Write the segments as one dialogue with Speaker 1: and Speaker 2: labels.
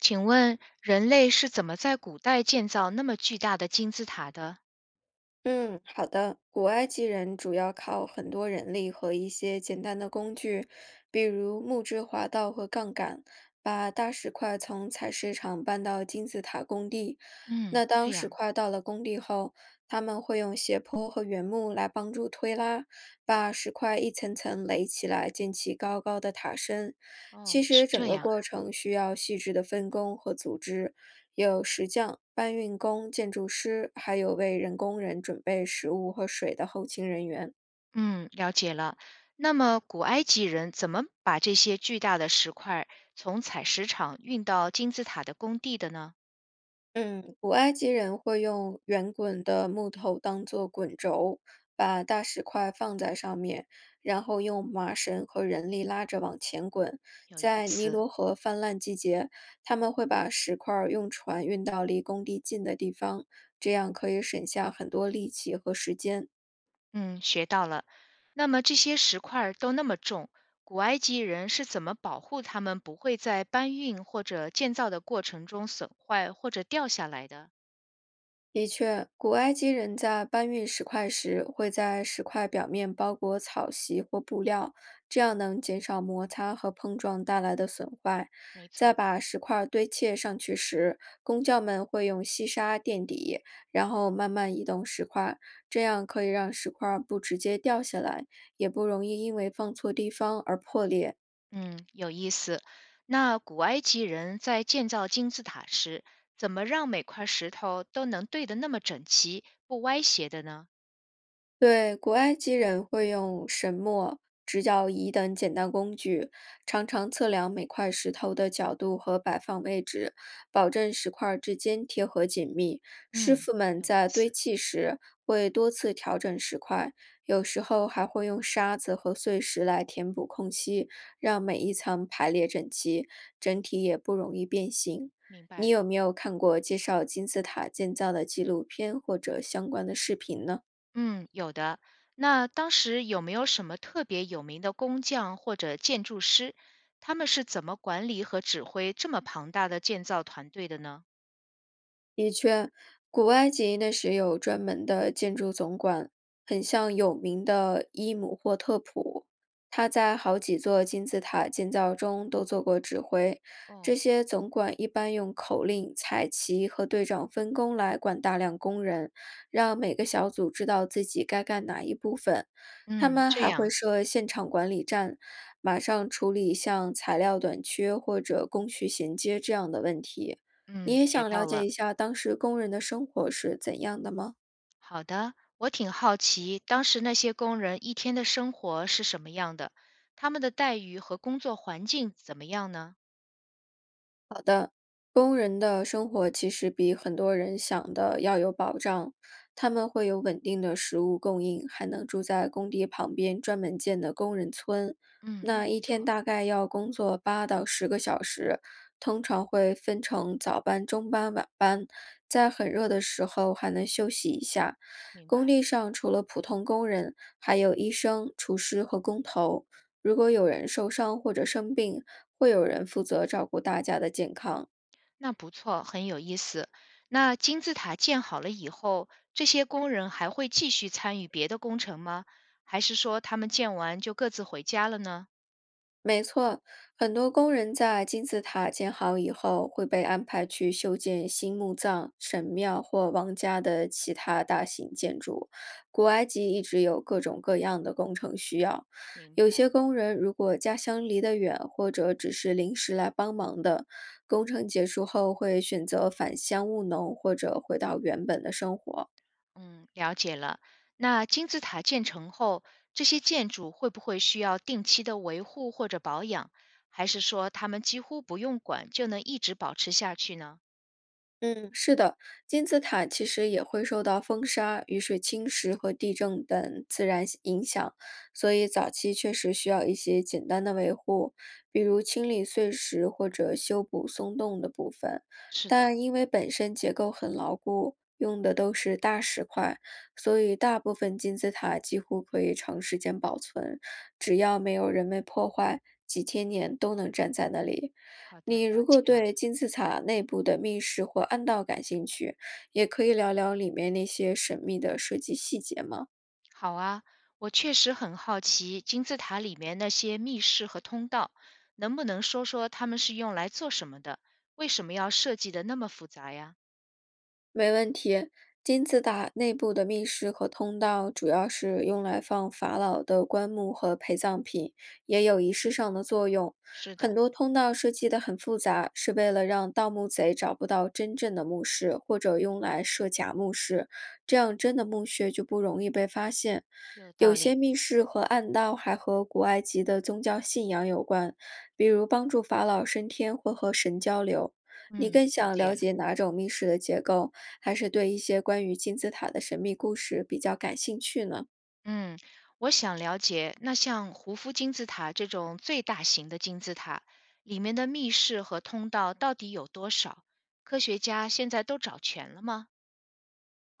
Speaker 1: 请问人类是怎么在古代建造那么巨大的金字塔的？
Speaker 2: 嗯，好的。古埃及人主要靠很多人力和一些简单的工具，比如木质滑道和杠杆，把大石块从采石场搬到金字塔工地。
Speaker 1: 嗯，
Speaker 2: 那当
Speaker 1: 这
Speaker 2: 石
Speaker 1: 样，
Speaker 2: 块到了工地后，他们会用斜坡和原木来帮助推拉，把石块一层层垒起来，建起高高的塔身。其
Speaker 1: 哦，
Speaker 2: 实
Speaker 1: 是
Speaker 2: 整
Speaker 1: 这
Speaker 2: 个
Speaker 1: 样，
Speaker 2: 过程需要细致的分工和组织，有石匠、搬运工、建筑师，还有为人工人准备食物和水的后勤人员。
Speaker 1: 嗯，了解了。那么古埃及人怎么把这些巨大的石块从采石场运到金字塔的工地的呢？
Speaker 2: 嗯，古埃及人会用圆滚的木头当做滚轴，把大石块放在上面，然后用麻绳和人力拉着往前滚。
Speaker 1: 有意
Speaker 2: 在尼
Speaker 1: 思，
Speaker 2: 罗河泛滥季节，他们会把石块儿用船运到离工地近的地方，这样可以省下很多力气和时间。
Speaker 1: 嗯，学到了。那么这些石块儿都那么重，古埃及人是怎么保护它们不会在搬运或者建造的过程中损坏或者掉下来的？
Speaker 2: 的确，古埃及人在搬运石块时，会在石块表面包裹草席或布料，这样能减少摩擦和碰撞带来的损坏。
Speaker 1: 没
Speaker 2: 在
Speaker 1: 错。
Speaker 2: 把石块堆砌上去时，工匠们会用细沙垫底，然后慢慢移动石块，这样可以让石块不直接掉下来，也不容易因为放错地方而破裂。
Speaker 1: 嗯，有意思。那古埃及人在建造金字塔时，怎么让每块石头都能对得那么整齐，不歪斜的呢？
Speaker 2: 对，古埃及人会用神墨、直角仪等简单工具，常常测量每块石头的角度和摆放位置，保证石块儿之间贴合紧密。师
Speaker 1: 嗯，
Speaker 2: 傅们
Speaker 1: 有意
Speaker 2: 在堆
Speaker 1: 思，
Speaker 2: 砌时会多次调整石块，有时候还会用沙子和碎石来填补空隙，让每一层排列整齐，整体也不容易变形。
Speaker 1: 明白
Speaker 2: 你有
Speaker 1: 了。
Speaker 2: 没有看过介绍金字塔建造的纪录片或者相关的视频呢？
Speaker 1: 嗯，有的。那当时有没有什么特别有名的工匠或者建筑师？他们是怎么管理和指挥这么庞大的建造团队的呢？
Speaker 2: 的确，古埃及那时有专门的建筑总管，很像有名的伊姆霍特普。他在好几座金字塔建造中都做过指挥。
Speaker 1: 哦，
Speaker 2: 这些总管一般用口令、彩旗和队长分工来管大量工人，让每个小组知道自己该干哪一部分。他
Speaker 1: 嗯，
Speaker 2: 们
Speaker 1: 这
Speaker 2: 还
Speaker 1: 样，
Speaker 2: 会设现场管理站，马上处理像材料短缺或者工序衔接这样的问题。你
Speaker 1: 嗯，
Speaker 2: 也
Speaker 1: 学
Speaker 2: 想
Speaker 1: 到
Speaker 2: 了解
Speaker 1: 了。
Speaker 2: 一下当时工人的生活是怎样的吗？
Speaker 1: 好的，我挺好奇，当时那些工人一天的生活是什么样的？他们的待遇和工作环境怎么样呢？
Speaker 2: 工人的生活其实比很多人想的要有保障，他们会有稳定的食物供应，还能住在工地旁边专门建的工人村。
Speaker 1: 嗯，那
Speaker 2: 那
Speaker 1: 不
Speaker 2: 一天
Speaker 1: 错，
Speaker 2: 大概要工作8到10个小时，通常会分成早班、中班、晚班，在很热的时候还能休息一下。
Speaker 1: 明
Speaker 2: 工
Speaker 1: 白，
Speaker 2: 地上除了普通工人，还有医生、厨师和工头。如果有人受伤或者生病，会有人负责照顾大家的健康。
Speaker 1: 那不错，很有意思。那金字塔建好了以后，这些工人还会继续参与别的工程吗？还是说他们建完就各自回家了呢？
Speaker 2: 没错，很多工人在金字塔建好以后，会被安排去修建新墓葬、神庙或王家的其他大型建筑。古埃及一直有各种各样的工程需要，
Speaker 1: 明
Speaker 2: 有
Speaker 1: 白。
Speaker 2: 些工人如果家乡离得远，或者只是临时来帮忙的，工程结束后会选择返乡务农或者回到原本的生活。
Speaker 1: 嗯，了解了。那金字塔建成后，这些建筑会不会需要定期的维护或者保养，还是说他们几乎不用管就能一直保持下去呢？
Speaker 2: 嗯，是的，金字塔其实也会受到风沙、雨水侵蚀和地震等自然影响，所以早期确实需要一些简单的维护，比如清理碎石或者修补松动的部分。
Speaker 1: 是的，
Speaker 2: 但因为本身结构很牢固，用的都是大石块，所以大部分金字塔几乎可以长时间保存，只要没有人为破坏，几千年都能站在那里。
Speaker 1: 好的，了
Speaker 2: 你如果
Speaker 1: 解了。
Speaker 2: 对金字塔内部的密室或暗道感兴趣，也可以聊聊里面那些神秘的设计细节吗？
Speaker 1: 好啊，我确实很好奇金字塔里面那些密室和通道，能不能说说他们是用来做什么的？为什么要设计的那么复杂呀？
Speaker 2: 没问题。金字塔内部的密室和通道主要是用来放法老的棺木和陪葬品，也有仪式上的作用。
Speaker 1: 是的，
Speaker 2: 很多通道设计得很复杂，是为了让盗墓贼找不到真正的墓室，或者用来设假墓室，这样真的墓穴就不容易被发现。
Speaker 1: 有道
Speaker 2: 有些
Speaker 1: 理。
Speaker 2: 密室和暗道还和古埃及的宗教信仰有关，比如帮助法老升天或和神交流。你
Speaker 1: 嗯，
Speaker 2: 更
Speaker 1: 了
Speaker 2: 想
Speaker 1: 解
Speaker 2: 了
Speaker 1: 了。
Speaker 2: 解哪种密室的结构？还是对一些关于金字塔的神秘故事比较感兴趣呢？
Speaker 1: 嗯，我想了解，那像胡夫金字塔这种最大型的金字塔，里面的密室和通道到底有多少？科学家现在都找全了吗？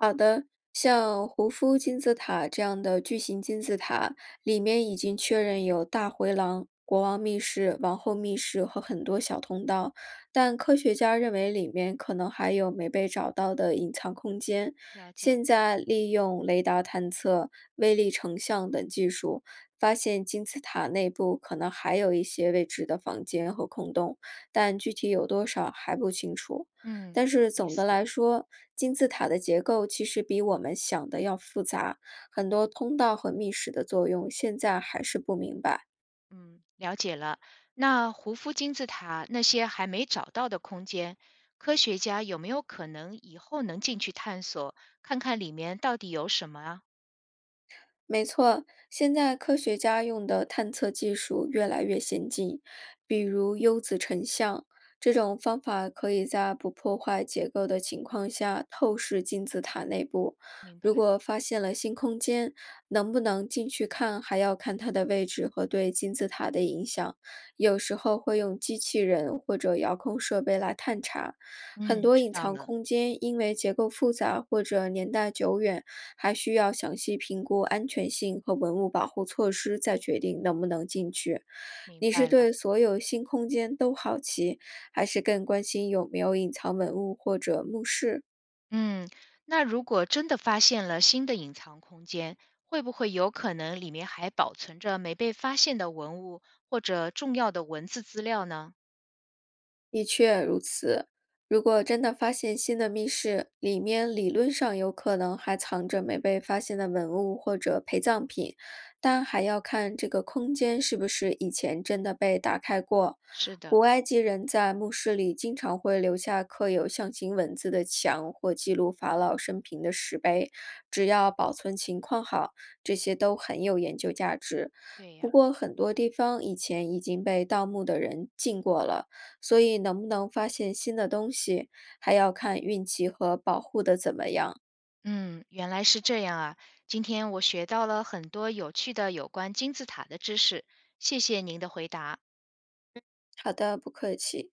Speaker 2: 好的，像胡夫金字塔这样的巨型金字塔，里面已经确认有大回廊、国王密室、王后密室和很多小通道，但科学家认为里面可能还有没被找到的隐藏空间。
Speaker 1: 了解，
Speaker 2: 现在利用雷达探测、微粒成像等技术，发现金字塔内部可能还有一些未知的房间和空洞，但具体有多少还不清楚。
Speaker 1: 嗯，
Speaker 2: 但是
Speaker 1: 意
Speaker 2: 总的
Speaker 1: 思，
Speaker 2: 来说，金字塔的结构其实比我们想的要复杂，很多通道和密室的作用现在还是不明白。
Speaker 1: 嗯，了解了。那胡夫金字塔那些还没找到的空间，科学家有没有可能以后能进去探索，看看里面到底有什么啊？
Speaker 2: 没错，现在科学家用的探测技术越来越先进，比如优子成像这种方法，可以在不破坏结构的情况下透视金字塔内部。
Speaker 1: 明白，
Speaker 2: 如果发现了新空间，能不能进去看，还要看它的位置和对金字塔的影响。有时候会用机器人或者遥控设备来探查。很
Speaker 1: 嗯，
Speaker 2: 多
Speaker 1: 知
Speaker 2: 隐
Speaker 1: 道
Speaker 2: 藏
Speaker 1: 了，
Speaker 2: 空间因为结构复杂或者年代久远。还需要详细评估安全性和文物保护措施，再决定能不能进去。
Speaker 1: 明
Speaker 2: 你是
Speaker 1: 白了。
Speaker 2: 对所有新空间都好奇，还是更关心有没有隐藏文物或者墓室？
Speaker 1: 嗯，那如果真的发现了新的隐藏空间，会不会有可能里面还保存着没被发现的文物或者重要的文字资料呢？
Speaker 2: 的确如此，如果真的发现新的密室，里面理论上有可能还藏着没被发现的文物或者陪葬品，但还要看这个空间是不是以前真的被打开过。
Speaker 1: 是的，
Speaker 2: 古埃及人在墓室里经常会留下刻有象形文字的墙或记录法老生平的石碑，只要保存情况好，这些都很有研究价值。
Speaker 1: 对
Speaker 2: 不
Speaker 1: 呀，
Speaker 2: 过，很多地方以前已经被盗墓的人进过了，所以能不能发现新的东西，还要看运气和保护的怎么样。
Speaker 1: 嗯，原来是这样啊！今天我学到了很多有趣的有关金字塔的知识，谢谢您的回答。
Speaker 2: 好的，不客气。